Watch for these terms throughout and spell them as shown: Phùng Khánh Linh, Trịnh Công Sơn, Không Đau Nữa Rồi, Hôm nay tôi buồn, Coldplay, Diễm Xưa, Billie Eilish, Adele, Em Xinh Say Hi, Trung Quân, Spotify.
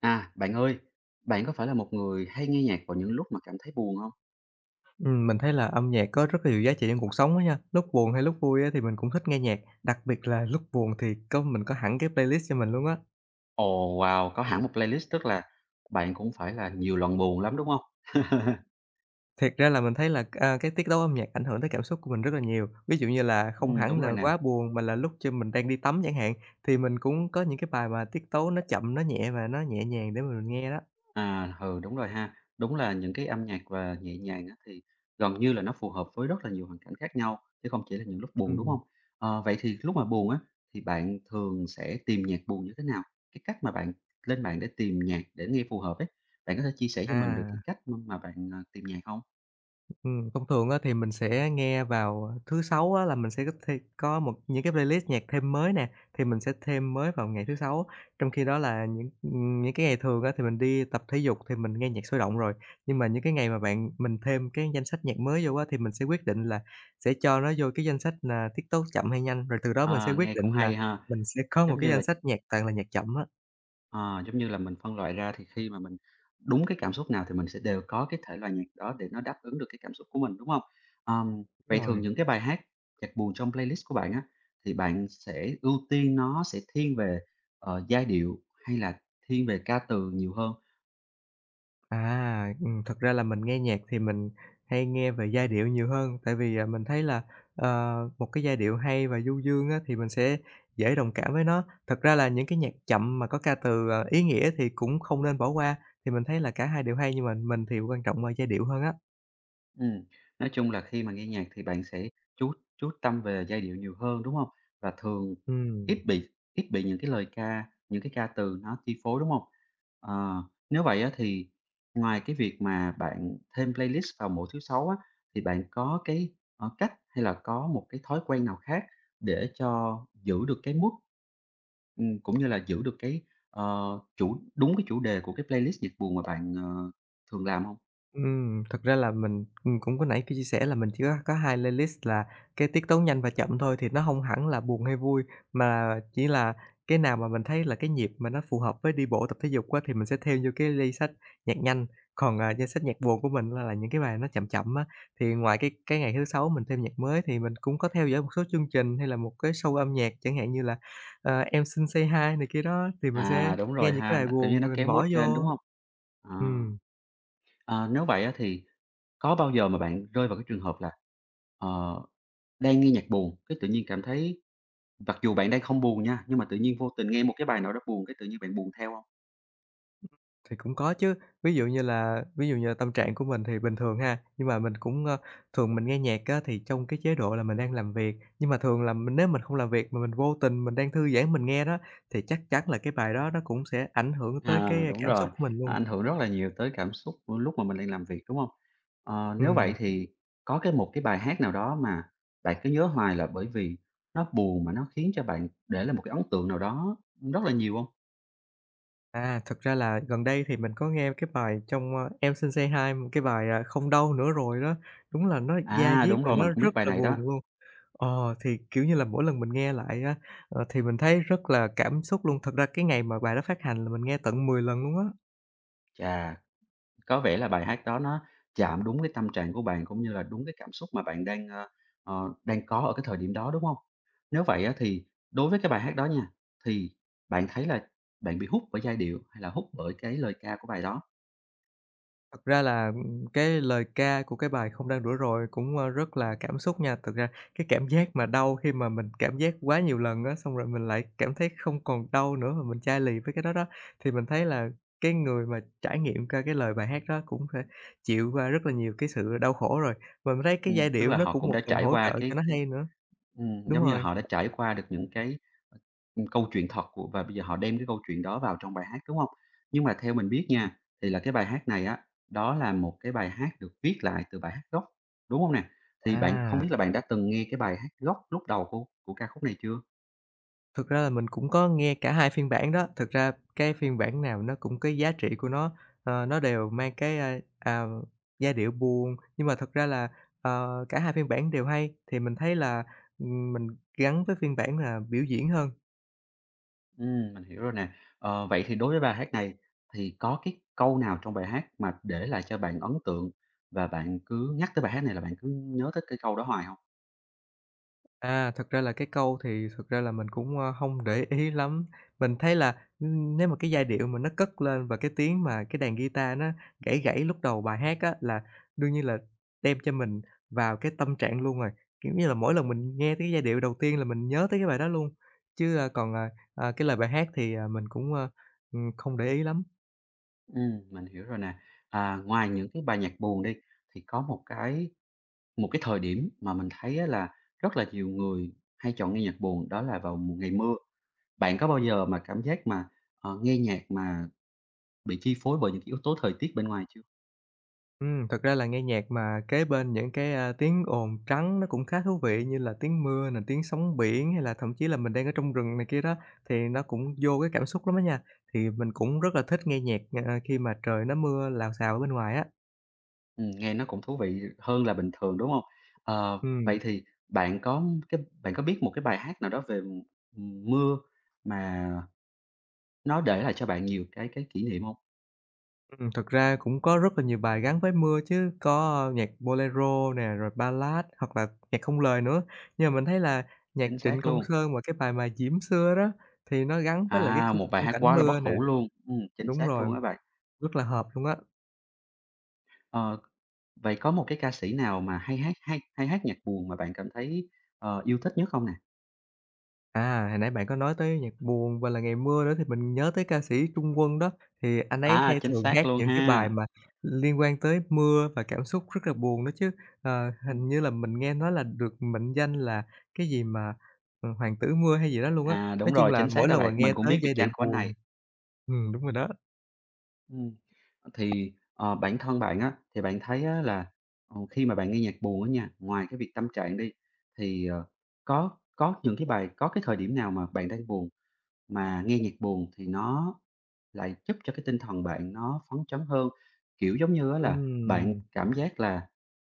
Bạn ơi, bạn có phải là một người hay nghe nhạc vào những lúc mà cảm thấy buồn không? Mình thấy là âm nhạc có rất là nhiều giá trị trong cuộc sống á nha. Lúc buồn hay lúc vui á thì mình cũng thích nghe nhạc, đặc biệt là lúc buồn thì mình có hẳn cái playlist cho mình luôn á. Ồ, wow! Có hẳn một playlist tức là bạn cũng phải là nhiều lần buồn lắm, đúng không? Thiệt ra là mình thấy là, cái tiết tấu âm nhạc ảnh hưởng tới cảm xúc của mình rất là nhiều. Ví dụ như là không đúng hẳn rồi là nè. quá buồn mà là lúc cho mình đang đi tắm chẳng hạn, thì mình cũng có những cái bài mà tiết tấu nó chậm, nó nhẹ và nó nhẹ nhàng để mà mình nghe đó. À, ừ, đúng rồi ha. Đúng là những cái âm nhạc và nhẹ nhàng á thì gần như là nó phù hợp với rất là nhiều hoàn cảnh khác nhau, chứ không chỉ là những lúc buồn, đúng Ừm, không? Ờ, vậy thì lúc mà buồn á, thì bạn thường sẽ tìm nhạc buồn như thế nào? Cái cách mà bạn lên mạng để tìm nhạc để nghe phù hợp ấy, bạn có thể chia sẻ cho mình được cái à. cách mà bạn tìm nhạc không? Thông thường á thì mình sẽ nghe vào thứ Sáu á là mình sẽ có thê có một những cái playlist nhạc thêm mới nè, thì mình sẽ thêm mới vào ngày thứ Sáu. Trong khi đó là những cái ngày thường á thì mình đi tập thể dục thì mình nghe nhạc sôi động rồi, nhưng mà những cái ngày mà bạn mình thêm cái danh sách nhạc mới vô á thì mình sẽ quyết định là sẽ cho nó vô cái danh sách là tiết tấu chậm hay nhanh, rồi từ đó mình sẽ À, quyết nghe cũng định là hay ha. mình sẽ có một Giống như cái là, danh sách nhạc toàn là nhạc chậm á. ờ, giống như là mình phân loại ra thì khi mà mình đúng cái cảm xúc nào thì mình sẽ đều có cái thể loại nhạc đó để nó đáp ứng được cái cảm xúc của mình, đúng không? Ờm, Đúng vậy thường rồi. những cái bài hát nhạc buồn trong playlist của bạn á, thì bạn sẽ ưu tiên nó sẽ thiên về, ờ, giai điệu hay là thiên về ca từ nhiều hơn? Thật ra là mình nghe nhạc thì mình hay nghe về giai điệu nhiều hơn, tại vì, mình thấy là, một cái giai điệu hay và du dương á thì mình sẽ dễ đồng cảm với nó. Thật ra là những cái nhạc chậm mà có ca từ, ý nghĩa thì cũng không nên bỏ qua, thì mình thấy là cả hai đều hay nhưng mà mình thì quan trọng là giai điệu hơn á. Ừm, nói chung là khi mà nghe nhạc thì bạn sẽ chú tâm về giai điệu nhiều hơn, đúng không? Và thường Ừm. ít bị ít bị những cái lời ca, những cái ca từ nó chi phối, đúng không? Ờ, nếu vậy á thì ngoài cái việc mà bạn thêm playlist vào mỗi thứ Sáu á, thì bạn có cái, ờ, cách hay là có một cái thói quen nào khác để cho giữ được cái mood, cũng như là giữ được cái, ờ, chủ đúng cái chủ đề của cái playlist nhạc buồn mà bạn, ờ, thường làm không? Thật ra là mình, cũng có nãy có chia sẻ là mình chỉ có 2 playlist là cái tiết tấu nhanh và chậm thôi, thì nó hông hẳn là buồn hay vui, mà chỉ là cái nào mà mình thấy là cái nhịp mà nó phù hợp với đi bộ, tập thể dục á, thì mình sẽ theo vô cái li sách nhạc nhanh. Còn, danh sách nhạc buồn của mình là những cái bài nó chậm chậm á, thì ngoài cái ngày thứ Sáu mình thêm nhạc mới thì mình cũng có theo dõi một số chương trình hay là một cái show âm nhạc chẳng hạn như là, "Em Xinh Say Hi" này kia đó, thì mình À, sẽ đúng rồi nghe những cái ha, bài nó, kiểu như, buồn nó rồi mình kéo mood bỏ lên, đúng vô. không? à Ừm. ờ, nếu vậy á thì có bao giờ mà bạn rơi vào cái trường hợp là, ờ, đang nghe nhạc buồn, cái tự nhiên cảm thấy mặc dù bạn đang không buồn nha, nhưng mà tự nhiên vô tình nghe một cái bài nào đó buồn cái tự nhiên bạn buồn theo không? Thì cũng có chứ, ví dụ như là tâm trạng của mình thì bình thường ha, nhưng mà mình cũng, thường mình nghe nhạc á thì trong cái chế độ là mình đang làm việc, nhưng mà thường là mình nếu mình không làm việc mà mình vô tình mình đang thư giãn mình nghe đó, thì chắc chắn là cái bài đó nó cũng sẽ ảnh hưởng tới À, cái, đúng cảm rồi, xúc của mình nó luôn. ảnh hưởng rất là nhiều tới cảm xúc của lúc mà mình đang làm việc, đúng không? Ờ, nếu vậy Ừm, thì có một cái bài hát nào đó mà bạn cứ nhớ hoài là bởi vì nó buồn mà nó khiến cho bạn để lại một cái ấn tượng nào đó rất là nhiều không? Thực ra là gần đây thì mình có nghe cái bài trong, "Em Xin Say Hi", một cái bài, "Không Đau Nữa Rồi" đó, đúng là nó da À, diết đúng và rồi, mình nó cũng biết rất bài là này đó. buồn luôn. Ờ, thì, kiểu như là, mỗi lần mình nghe lại á, thì mình thấy rất là cảm xúc luôn. Thật ra cái ngày mà bài đó phát hành là mình nghe tận 10 lần luôn á. Chà, có vẻ là bài hát đó nó chạm đúng cái tâm trạng của bạn, cũng như là đúng cái cảm xúc mà bạn đang, ờ, ờ, đang có ở cái thời điểm đó, đúng không? Nếu vậy á, thì đối với cái bài hát đó nha, thì bạn thấy là bạn bị hút bởi giai điệu hay là hút bởi cái lời ca của bài đó? Thật ra là, cái lời ca của cái bài "Không Đang Rửa Rồi" cũng, rất là cảm xúc nha. Thực ra cái cảm giác mà đau khi mà mình cảm giác quá nhiều lần á, xong rồi mình lại cảm thấy không còn đau nữa mà mình chai lì với cái đó đó, thì mình thấy là cái người mà trải nghiệm qua cái lời bài hát đó cũng phải chịu qua rất là nhiều cái sự đau khổ rồi. Mà mình thấy cái giai Tức điệu là nó họ cũng cũng một đã phần trải hỗ qua trợ cái cho nó cái hay nữa. Đúng giống như là rồi. họ đã trải qua được những cái, ờ, câu chuyện thật của và bây giờ họ đem cái câu chuyện đó vào trong bài hát, đúng không? Nhưng mà theo mình biết Ừm, nha, thì là cái bài hát này á, đó là một cái bài hát được viết lại từ bài hát gốc, đúng không nè? Thì bạn không à. biết là bạn đã từng nghe cái bài hát gốc lúc đầu của ca khúc này chưa? Thực ra là mình cũng có nghe cả hai phiên bản đó, thực ra cái phiên bản nào nó cũng có giá trị của nó, nó đều mang cái, giai điệu buồn, nhưng mà thật ra là, cả hai phiên bản đều hay. Thì mình thấy là, mình gắn với phiên bản là biểu diễn hơn. Mình hiểu rồi nè. Ờ, vậy thì đối với bài hát này thì có cái câu nào trong bài hát mà để lại cho bạn ấn tượng và bạn cứ nhắc tới bài hát này là bạn cứ nhớ tới cái câu đó hoài không? À, thật ra là cái câu thì thật ra là mình cũng, hông để ý lắm. Mình thấy là, nếu mà cái giai điệu mà nó cất lên và cái tiếng mà cái đàn guitar nó gãy gãy lúc đầu bài hát á, là đương nhiên là đem cho mình vào cái tâm trạng luôn rồi. Kiểu như là, mỗi lần mình nghe tới cái giai điệu đầu tiên là mình nhớ tới cái bài đó luôn, chứ, a, còn, à, à, cái lời bài hát thì, mình cũng, không để ý lắm. Mình hiểu rồi nè. À, ngoài những cái bài nhạc buồn đi, thì có một cái thời điểm mà mình thấy á là rất là nhiều người hay chọn nghe nhạc buồn, đó là vào mùa ngày mưa. Bạn có bao giờ mà cảm giác mà, ờ, nghe nhạc mà bị chi phối bởi những cái yếu tố thời tiết bên ngoài chưa? Thật ra là nghe nhạc mà kế bên những cái, tiếng ồn trắng nó cũng khá thú vị như là tiếng mưa nè, tiếng sóng biển hay là thậm chí là mình đang ở trong rừng này kia đó, thì nó cũng vô cái cảm xúc lắm á nha. Thì mình cũng rất là thích nghe nhạc, khi mà trời nó mưa lào xào ở bên ngoài á. Nghe nó cũng thú vị hơn là bình thường, đúng không? Ờ, vậy Ừm, thì bạn có biết một cái bài hát nào đó về, mưa mà nó để lại cho bạn nhiều cái kỷ niệm không? Thật ra cũng có rất là nhiều bài gắn với mưa chứ, có nhạc bolero nè, rồi ballad hoặc là nhạc không lời nữa. Nhưng mà mình thấy là nhạc Chính Trịnh xác Công luôn. Sơn mà cái bài mà Diễm Xưa đó, thì nó gắn với lại cái À, khung một bài khung hát cảnh quá là bất mưa nè, hủ luôn, chính đúng xác luôn rồi, á bạn. rất là hợp luôn á. Ờ, vậy có một cái ca sĩ nào mà hay hát nhạc buồn mà bạn cảm thấy, ờ, yêu thích nhất không nè? À, hồi nãy bạn có nói tới nhạc buồn và là Ngày mưa nữa thì mình nhớ tới ca sĩ Trung Quân đó, thì anh ấy À, hay chính thường xác hát luôn những cái bài ha. mà liên quan tới mưa và cảm xúc rất là buồn đó chứ. Ờ, Ừm. hình như là mình nghe nói là được mệnh danh là cái gì mà, hoàng tử mưa hay gì đó luôn á. À, đúng Nói chung rồi, là chính xác mỗi đó lần mà bạn, mình nghe cũng biết tới biệt giai danh điệu của anh này. buồn đúng rồi đó. Ừm. Thì, ờ, bản thân bạn á, thì bạn thấy á là, ờ, khi mà bạn nghe nhạc buồn á nha, ngoài cái việc tâm trạng đi, thì, ờ, có những cái bài có cái thời điểm nào mà bạn đang buồn mà nghe nhạc buồn thì nó lại giúp cho cái tinh thần bạn nó phấn chấn hơn. Kiểu, giống như á là bạn Ừm. cảm giác là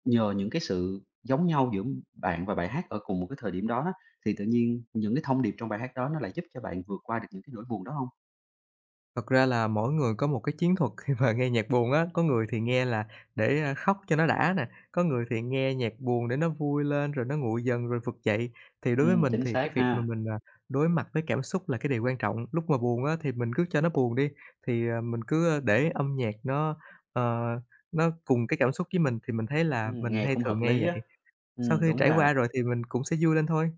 nhờ những cái sự giống nhau giữa bạn và bài hát ở cùng một cái thời điểm đó đó, thì tự nhiên những cái thông điệp trong bài hát đó nó lại giúp cho bạn vượt qua được những cái nỗi buồn đó không? Thật ra là mỗi người có một cái chiến thuật khi mà nghe nhạc buồn á, có người thì nghe là để, khóc cho nó đã nè, có người thì nghe nhạc buồn để nó vui lên rồi nó nguội dần rồi vực dậy. Thì đối với mình Chính thì xác cái việc mà ha. mình, đối mặt với cảm xúc là cái điều quan trọng, lúc mà buồn á thì mình cứ cho nó buồn đi, thì, mình cứ, để âm nhạc nó, ờ, nó cùng cái cảm xúc với mình thì mình thấy là mình Nghe hay cũng hợp thường nghe lý á. vậy, sau khi Đúng trải qua là rồi thì mình cũng sẽ vui lên thôi.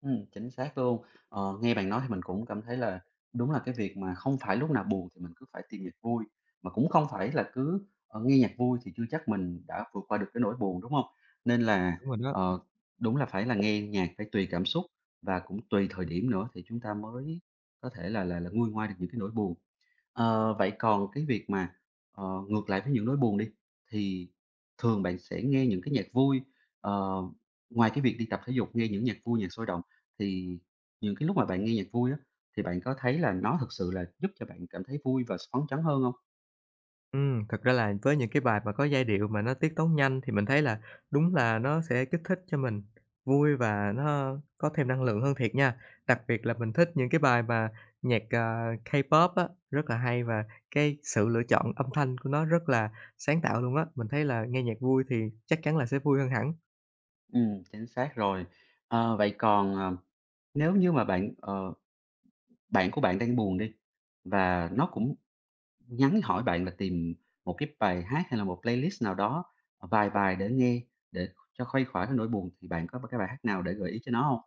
Chính xác luôn. Ờ, nghe bạn nói thì mình cũng cảm thấy là đúng là cái việc mà không phải lúc nào buồn thì mình cứ phải tìm nhạc vui, mà cũng không phải là cứ, ờ, nghe nhạc vui thì chưa chắc mình đã vượt qua được cái nỗi buồn, đúng không? Nên là, Đúng rồi đó. ờ, đúng là phải là nghe nhạc phải tùy cảm xúc và cũng tùy thời điểm nữa thì chúng ta mới có thể là nguôi ngoai được những cái nỗi buồn. Ờ, vậy còn cái việc mà, ờ, ngược lại với những nỗi buồn đi, thì thường bạn sẽ nghe những cái nhạc vui, ờ, ngoài cái việc đi tập thể dục, nghe những nhạc vui, nhạc sôi động thì những cái lúc mà bạn nghe nhạc vui á, thì bạn có thấy là nó thực sự là giúp cho bạn cảm thấy vui và phấn chấn hơn không? Thật ra là với những cái bài mà có giai điệu mà nó tiết tấu nhanh thì mình thấy là đúng là nó sẽ kích thích cho mình vui và nó có thêm năng lượng hơn thiệt nha. Đặc biệt là mình thích những cái bài mà nhạc, K-pop á, rất là hay và cái sự lựa chọn âm thanh của nó rất là sáng tạo luôn á. Mình thấy là nghe nhạc vui thì chắc chắn là sẽ vui hơn hẳn. Ừ, chính xác rồi. Ờ, vậy còn, ờ, nếu như mà bạn ờ, bạn của bạn đang buồn đi, và nó cũng nhắn hỏi bạn là tìm một cái bài hát hay là một playlist nào đó, ờ, vài bài để nghe, để cho khuây khỏa cái nỗi buồn thì bạn có b cái bài hát nào để gợi ý cho nó không?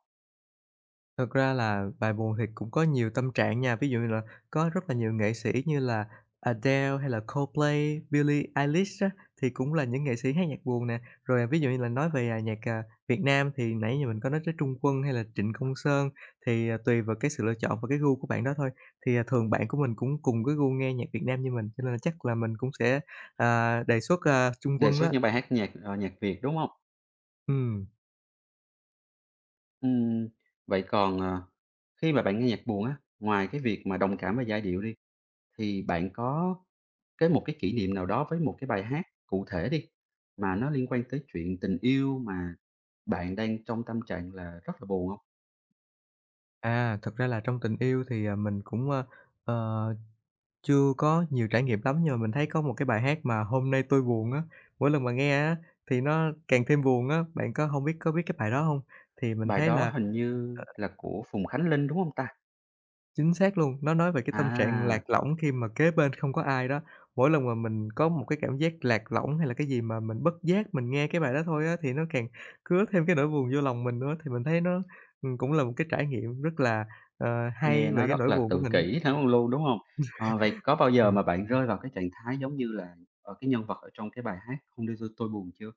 Thực ra là bài buồn thì cũng có nhiều tâm trạng nha, ví dụ như là có rất là nhiều nghệ sĩ như là Adele hay là Coldplay, Billie Eilish á, thì cũng là những nghệ sĩ hát nhạc buồn nè. Rồi, ví dụ như là nói về, Việt Nam thì nãy giờ mình có nói tới Trung Quân hay là Trịnh Công Sơn, thì, tùy vào cái sự lựa chọn và cái gu của bạn đó thôi. Thì, thường bạn của mình cũng cùng cái gu nghe nhạc Việt Nam như mình, cho nên là chắc là mình cũng sẽ, đề xuất, Trung Đề Quân xuất đó. những bài hát nhạc, ờ, nhạc Việt, đúng không? Ừm. Ừm, vậy còn, ờ, khi mà bạn nghe nhạc buồn á, ngoài cái việc mà đồng cảm với giai điệu đi, thì bạn có một cái kỷ niệm nào đó với một cái bài hát cụ thể đi, mà nó liên quan tới chuyện tình yêu mà bạn đang trong tâm trạng là rất là buồn không? À, thật ra là trong tình yêu thì, mình cũng, ơ, ờ chưa có nhiều trải nghiệm lắm nhưng mà mình thấy có một cái bài hát mà "Hôm nay tôi buồn" á, mỗi lần mà nghe á thì nó càng thêm buồn á. Bạn có không biết có biết cái bài đó hông? Thì mình Bài thấy đó là, hình như ờ, là của Phùng Khánh Linh, đúng không ta? chính xác luôn, nó nói về cái tâm trạng lạc À, lõng khi mà kế bên không có ai đó. Mỗi lần mà mình có một cái cảm giác lạc lõng hay là cái gì mà mình bất giác mình nghe cái bài đó thôi á, thì nó càng cứa thêm cái nỗi buồn vô lòng mình nữa, thì mình thấy nó cũng là một cái trải nghiệm rất là nghe hay về nó cái rất nỗi là buồn của tự mình á. kỷ lắm luôn, đúng không? Ờ, vậy có bao giờ Ừm, mà bạn rơi vào cái trạng thái giống như là, ở cái nhân vật ở trong cái bài hát "Hôm nay tôi buồn" chưa?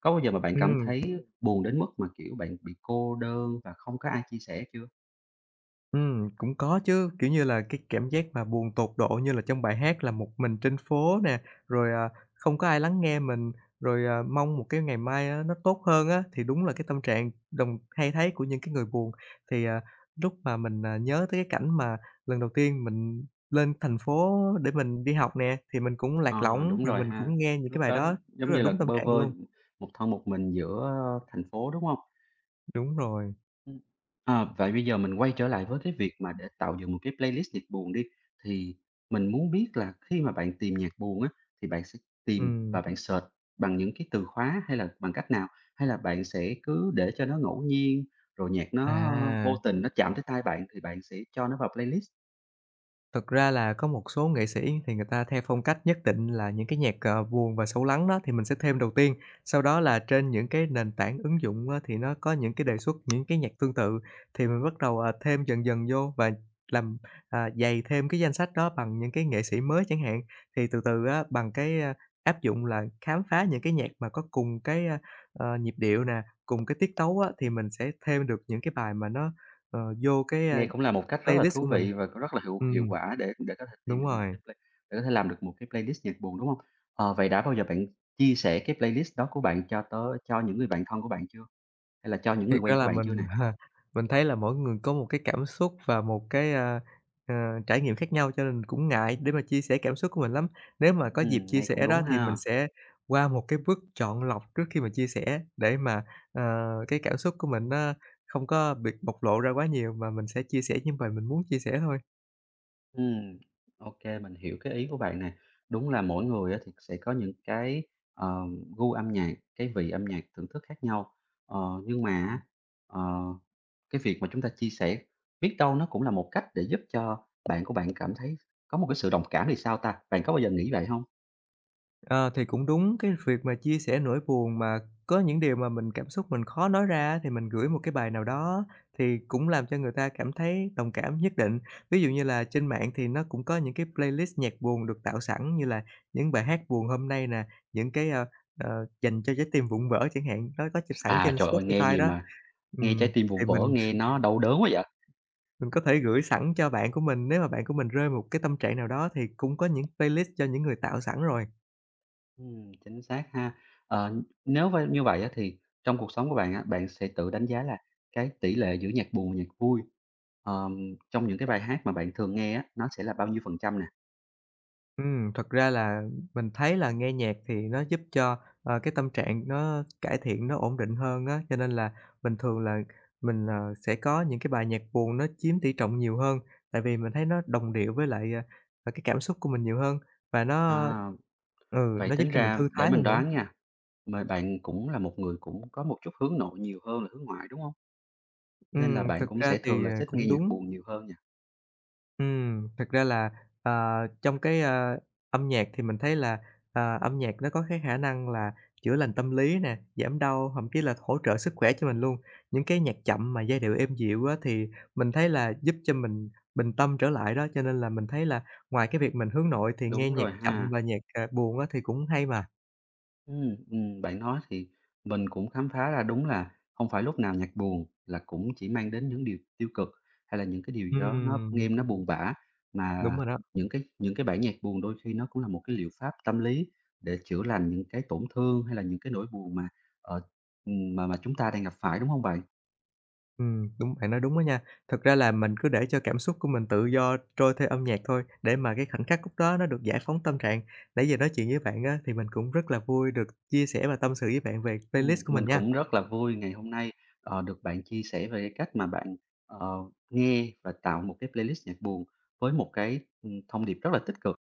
Có bao giờ mà bạn cảm ừm. thấy buồn đến mức mà, kiểu, bạn bị cô đơn và không có ai chia sẻ chưa? Cũng có chứ, kiểu như là, cái cảm giác mà buồn tột độ như là trong bài hát là một mình trên phố nè, rồi không có ai lắng nghe mình, rồi mong một cái ngày mai á nó tốt hơn á, thì đúng là cái tâm trạng đồng hay thấy của những cái người buồn. Thì, à, Lúc mà mình nhớ tới cái cảnh mà lần đầu tiên mình lên thành phố để mình đi học nè, thì mình cũng lạc Ờ, lõng, đúng rồi rồi mình ha. cũng nghe những Lúc cái bài đó đó giống rất là như là đúng tâm bơ trạng vơ luôn. một thân một mình giữa thành phố, đúng không? Đúng rồi, Ừm. Ờ, vậy bây giờ mình quay trở lại với cái việc mà để tạo dựng một cái playlist nhạc buồn đi, thì mình muốn biết là khi mà bạn tìm nhạc buồn á, thì bạn sẽ tìm ừm. và bạn search bằng những cái từ khóa hay là bằng cách nào? Hay là bạn sẽ cứ để cho nó ngẫu nhiên, rồi nhạc nó vô À. tình nó chạm tới tai bạn thì bạn sẽ cho nó vào playlist? Thực ra là có một số nghệ sĩ thì người ta theo phong cách nhất định là những cái nhạc buồn và sâu lắng đó thì mình sẽ thêm đầu tiên. Sau đó là trên những cái nền tảng ứng dụng á thì nó có những cái đề xuất những cái nhạc tương tự, thì mình bắt đầu thêm dần dần vô và làm dày thêm cái danh sách đó bằng những cái nghệ sĩ mới chẳng hạn. Thì từ từ á, bằng cái áp dụng là khám phá những cái nhạc mà có cùng cái nhịp điệu nè, cùng cái tiết tấu á, thì mình sẽ thêm được những cái bài mà nó vô cái Nghe cũng là một cách rất là playlist thú của mình. vị và cũng rất là hiệu Ừ, hiệu quả để có thể tìm đúng được một rồi, cái play để có thể làm được một cái playlist nhạc buồn, đúng không? Ờ, vậy đã bao giờ bạn chia sẻ cái playlist đó của bạn cho những người bạn thân của bạn chưa? Hay là cho những người thiệt quen ra của là bạn chưa nè? mình mình thấy là mỗi người có một cái cảm xúc và một cái, ờ, trải nghiệm khác nhau cho nên cũng ngại để mà chia sẻ cảm xúc của mình lắm. Nếu mà có dịp chia Nghe cũng sẻ đúng đó thì mình ha. sẽ qua một cái bước chọn lọc trước khi mà chia sẻ để mà, ờ, cái cảm xúc của mình nó không có bị bộc lộ ra quá nhiều mà mình sẽ chia sẻ những bài mình muốn chia sẻ thôi. Ừm, ô mình hiểu cái ý của bạn nè. Đúng là mỗi người á thì sẽ có những cái, ờ, gu âm nhạc, cái vị âm nhạc thưởng thức khác nhau. Ờ, nhưng mà ờ Cái việc mà chúng ta chia sẻ, biết đâu nó cũng là một cách để giúp cho bạn của bạn cảm thấy có một cái sự đồng cảm thì sao ta? Bạn có bao giờ nghĩ vậy không? Ờ, thì cũng đúng, cái việc mà chia sẻ nỗi buồn mà có những điều mà mình cảm xúc mình khó nói ra á, thì mình gửi một cái bài nào đó thì cũng làm cho người ta cảm thấy đồng cảm nhất định. Ví dụ như là trên mạng thì nó cũng có những cái playlist nhạc buồn được tạo sẵn như là những bài hát buồn hôm nay nè, những cái dành cho trái tim vụn vỡ chẳng hạn, nó có sẵn À, trên trời ơi, nghe Spotify gì đó. mà nghe trái Ừm, tim vụn thì vỡ, mình nghe nó đau đớn quá vậy? mình có thể gửi sẵn cho bạn của mình, nếu mà bạn của mình rơi vào một cái tâm trạng nào đó thì cũng có những playlist cho những người tạo sẵn rồi. Chính xác ha. Ờ, nếu như vậy á thì trong cuộc sống của bạn á, bạn sẽ tự đánh giá là cái tỷ lệ giữa nhạc buồn và nhạc vui, ờm, trong những cái bài hát mà bạn thường nghe á, nó sẽ là bao nhiêu phần trăm nè? Thật ra là mình thấy là nghe nhạc thì nó giúp cho cái tâm trạng nó cải thiện, nó ổn định hơn á, cho nên là bình thường là mình sẽ có những cái bài nhạc buồn nó chiếm tỷ trọng nhiều hơn, tại vì mình thấy nó đồng điệu với lại cái cảm xúc của mình nhiều hơn và À, ừ, vậy nó giúp tính cho mình ra thư để thái mình hơn nữa. đoán nha, mà bạn cũng là một người cũng có một chút hướng nội nhiều hơn là hướng ngoại, đúng không? Nên là bạn Thực cũng ra sẽ thường thì, là à, thích nghe cũng nhạc đúng. buồn nhiều hơn nhỉ? Thật ra là, ờ, trong cái âm nhạc thì mình thấy là âm nhạc nó có cái khả năng là chữa lành tâm lý nè, giảm đau, thậm chí là hỗ trợ sức khỏe cho mình luôn. Những cái nhạc chậm mà giai điệu êm dịu á, thì mình thấy là giúp cho mình bình tâm trở lại đó, cho nên là mình thấy là ngoài cái việc mình hướng nội thì nghe Đúng nhạc rồi chậm ha. và nhạc buồn á thì cũng hay mà. Ừm, bạn nói thì mình cũng khám phá ra đúng là không phải lúc nào nhạc buồn là cũng chỉ mang đến những điều tiêu cực, hay là những cái điều gì đó nó Ừm, nghe nó buồn bã, đúng mà rồi đó. những cái bản nhạc buồn đôi khi nó cũng là một cái liệu pháp tâm lý để chữa lành những cái tổn thương hay là những cái nỗi buồn mà, ờ, mà chúng ta đang gặp phải, đúng không bạn? Đúng, bạn nói đúng đó nha. Thật ra là mình cứ để cho cảm xúc của mình tự do trôi theo âm nhạc thôi, để mà cái khoảnh khắc lúc đó nó được giải phóng tâm trạng. Nãy giờ nói chuyện với bạn á, thì mình cũng rất là vui được chia sẻ và tâm sự với bạn về playlist của Mình mình nha. cũng rất là vui ngày hôm nay, ờ, được bạn chia sẻ về cái cách mà bạn, ờ, nghe và tạo một cái playlist nhạc buồn với một cái, thông điệp rất là tích cực.